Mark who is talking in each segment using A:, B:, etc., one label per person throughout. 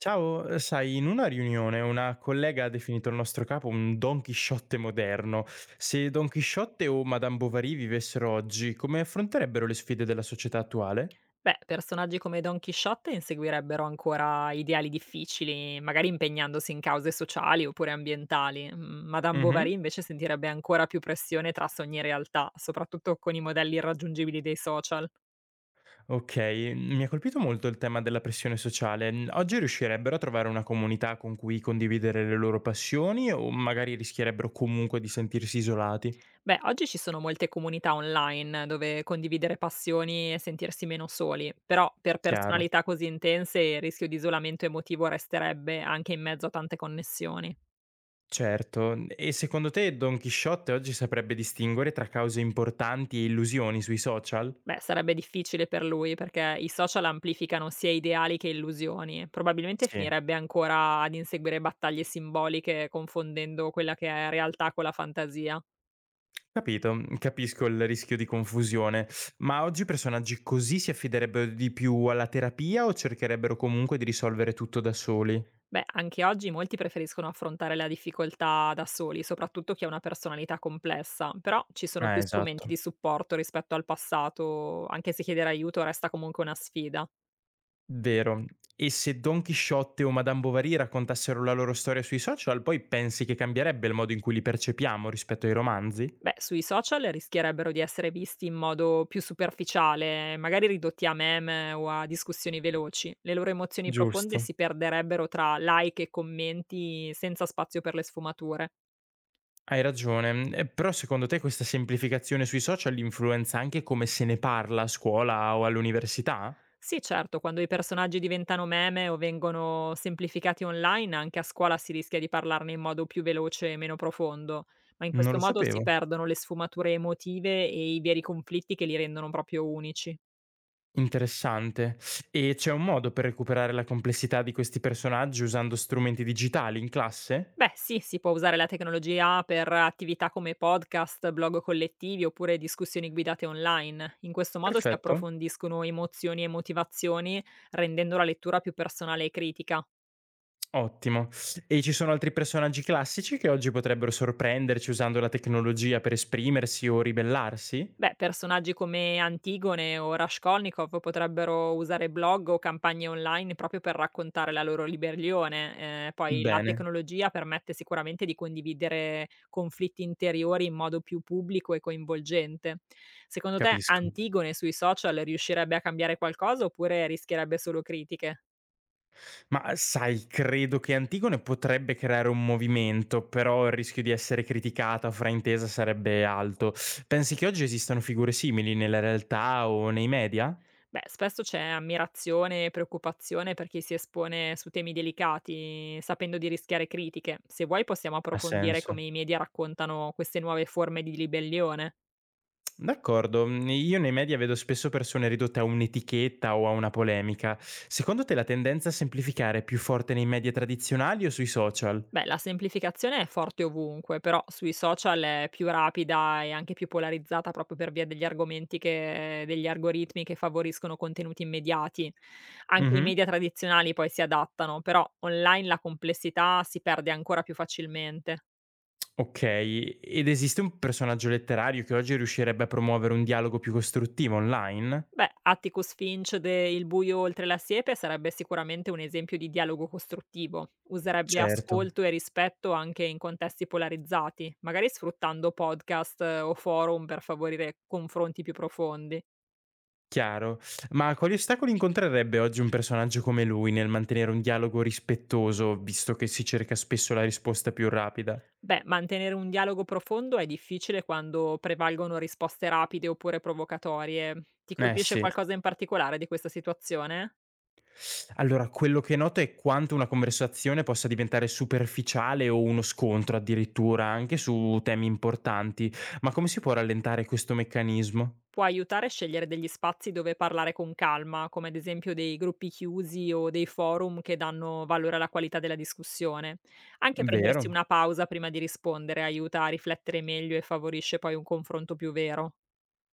A: Ciao, sai, in una riunione una collega ha definito il nostro capo un Don Chisciotte moderno. Se Don Chisciotte o Madame Bovary vivessero oggi, come affronterebbero le sfide della società attuale?
B: Beh, personaggi come Don Chisciotte inseguirebbero ancora ideali difficili, magari impegnandosi in cause sociali oppure ambientali. Madame Bovary
A: Mhm.
B: invece sentirebbe ancora più pressione tra sogni e realtà, soprattutto con i modelli irraggiungibili dei social.
A: Ok, mi ha colpito molto il tema della pressione sociale. Oggi riuscirebbero a trovare una comunità con cui condividere le loro passioni o magari rischierebbero comunque di sentirsi isolati?
B: Beh, oggi ci sono molte comunità online dove condividere passioni e sentirsi meno soli, però per
A: Chiaro.
B: personalità così intense il rischio di isolamento emotivo resterebbe anche in mezzo a tante connessioni.
A: Certo, e secondo te Don Chisciotte oggi saprebbe distinguere tra cause importanti e illusioni sui social?
B: Beh, sarebbe difficile per lui perché i social amplificano sia ideali che illusioni. Probabilmente
A: Sì,
B: finirebbe ancora ad inseguire battaglie simboliche confondendo quella che è realtà con la fantasia.
A: capito, capisco il rischio di confusione. Ma oggi personaggi così si affiderebbero di più alla terapia o cercherebbero comunque di risolvere tutto da soli?
B: Beh, anche oggi molti preferiscono affrontare la difficoltà da soli, soprattutto chi ha una personalità complessa, però ci sono
A: Ah,
B: più strumenti
A: esatto,
B: di supporto rispetto al passato, anche se chiedere aiuto resta comunque una sfida.
A: vero. E se Don Chisciotte o Madame Bovary raccontassero la loro storia sui social, poi pensi che cambierebbe il modo in cui li percepiamo rispetto ai romanzi?
B: Beh, sui social rischierebbero di essere visti in modo più superficiale, magari ridotti a meme o a discussioni veloci. Le loro emozioni profonde
A: Giusto.
B: si perderebbero tra like e commenti senza spazio per le sfumature.
A: Hai ragione, e però secondo te questa semplificazione sui social influenza anche come se ne parla a scuola o all'università?
B: Sì, certo, quando i personaggi diventano meme o vengono semplificati online, anche a scuola si rischia di parlarne in modo più veloce e meno profondo, ma in
A: Non
B: questo
A: lo
B: modo si
A: sapevo.
B: perdono le sfumature emotive e i veri conflitti che li rendono proprio unici.
A: Interessante. E c'è un modo per recuperare la complessità di questi personaggi usando strumenti digitali in classe?
B: Beh, sì, si può usare la tecnologia per attività come podcast, blog collettivi oppure discussioni guidate online. In questo modo si
A: Perfetto.
B: approfondiscono emozioni e motivazioni, rendendo la lettura più personale e critica.
A: Ottimo. E ci sono altri personaggi classici che oggi potrebbero sorprenderci usando la tecnologia per esprimersi o ribellarsi?
B: Beh, personaggi come Antigone o Raskolnikov potrebbero usare blog o campagne online proprio per raccontare la loro ribellione. Poi la
A: Bene,
B: tecnologia permette sicuramente di condividere conflitti interiori in modo più pubblico e coinvolgente. Secondo te
A: capisco.
B: Antigone sui social riuscirebbe a cambiare qualcosa oppure rischierebbe solo critiche?
A: Ma sai, credo che Antigone potrebbe creare un movimento, però il rischio di essere criticata o fraintesa sarebbe alto. Pensi che oggi esistano figure simili nella realtà o nei media?
B: Beh, spesso c'è ammirazione e preoccupazione per chi si espone su temi delicati, sapendo di rischiare critiche. Se vuoi possiamo
A: Ha
B: approfondire come
A: senso.
B: i media raccontano queste nuove forme di ribellione.
A: D'accordo, io nei media vedo spesso persone ridotte a un'etichetta o a una polemica. Secondo te la tendenza a semplificare è più forte nei media tradizionali o sui social?
B: Beh, la semplificazione è forte ovunque, però sui social è più rapida e anche più polarizzata proprio per via degli algoritmi che favoriscono contenuti immediati. Anche i
A: Mh-mh.
B: media tradizionali poi si adattano, però online la complessità si perde ancora più facilmente.
A: Okay, ed esiste un personaggio letterario che oggi riuscirebbe a promuovere un dialogo più costruttivo online?
B: Beh, Atticus Finch de "Il buio oltre la siepe" sarebbe sicuramente un esempio di dialogo costruttivo. Userebbe
A: Certo,
B: ascolto e rispetto anche in contesti polarizzati, magari sfruttando podcast o forum per favorire confronti più profondi.
A: chiaro. Ma quali ostacoli incontrerebbe oggi un personaggio come lui nel mantenere un dialogo rispettoso, visto che si cerca spesso la risposta più rapida?
B: Beh, mantenere un dialogo profondo è difficile quando prevalgono risposte rapide oppure provocatorie. Ti
A: Eh
B: colpisce
A: sì.
B: qualcosa in particolare di questa situazione?
A: Allora, quello che noto è quanto una conversazione possa diventare superficiale o uno scontro addirittura, anche su temi importanti. Ma come si può rallentare questo meccanismo?
B: Può aiutare a scegliere degli spazi dove parlare con calma, come ad esempio dei gruppi chiusi o dei forum che danno valore alla qualità della discussione. Anche prendersi
A: Vero?
B: una pausa prima di rispondere aiuta a riflettere meglio e favorisce poi un confronto più vero.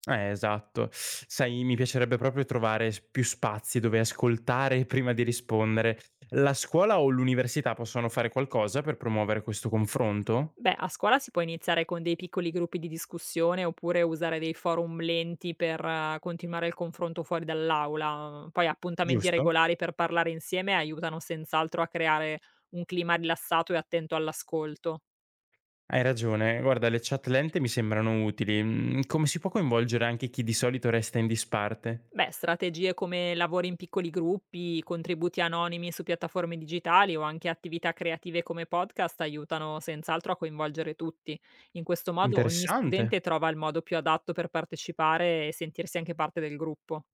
A: Esatto. Sai, mi piacerebbe proprio trovare più spazi dove ascoltare prima di rispondere. La scuola o l'università possono fare qualcosa per promuovere questo confronto?
B: Beh, a scuola si può iniziare con dei piccoli gruppi di discussione oppure usare dei forum lenti per continuare il confronto fuori dall'aula. Poi appuntamenti
A: Giusto?
B: regolari per parlare insieme aiutano senz'altro a creare un clima rilassato e attento all'ascolto.
A: Hai ragione, guarda, le chat lente mi sembrano utili. Come si può coinvolgere anche chi di solito resta in disparte?
B: Beh, strategie come lavori in piccoli gruppi, contributi anonimi su piattaforme digitali o anche attività creative come podcast aiutano senz'altro a coinvolgere tutti. In questo modo ogni
A: Interessante,
B: studente trova il modo più adatto per partecipare e sentirsi anche parte del gruppo.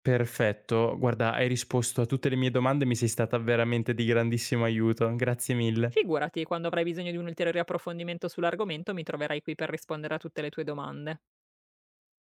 A: perfetto. Guarda, hai risposto a tutte le mie domande, mi sei stata veramente di grandissimo aiuto. Grazie mille.
B: Figurati, quando avrai bisogno di un ulteriore approfondimento sull'argomento mi troverai qui per rispondere a tutte le tue domande.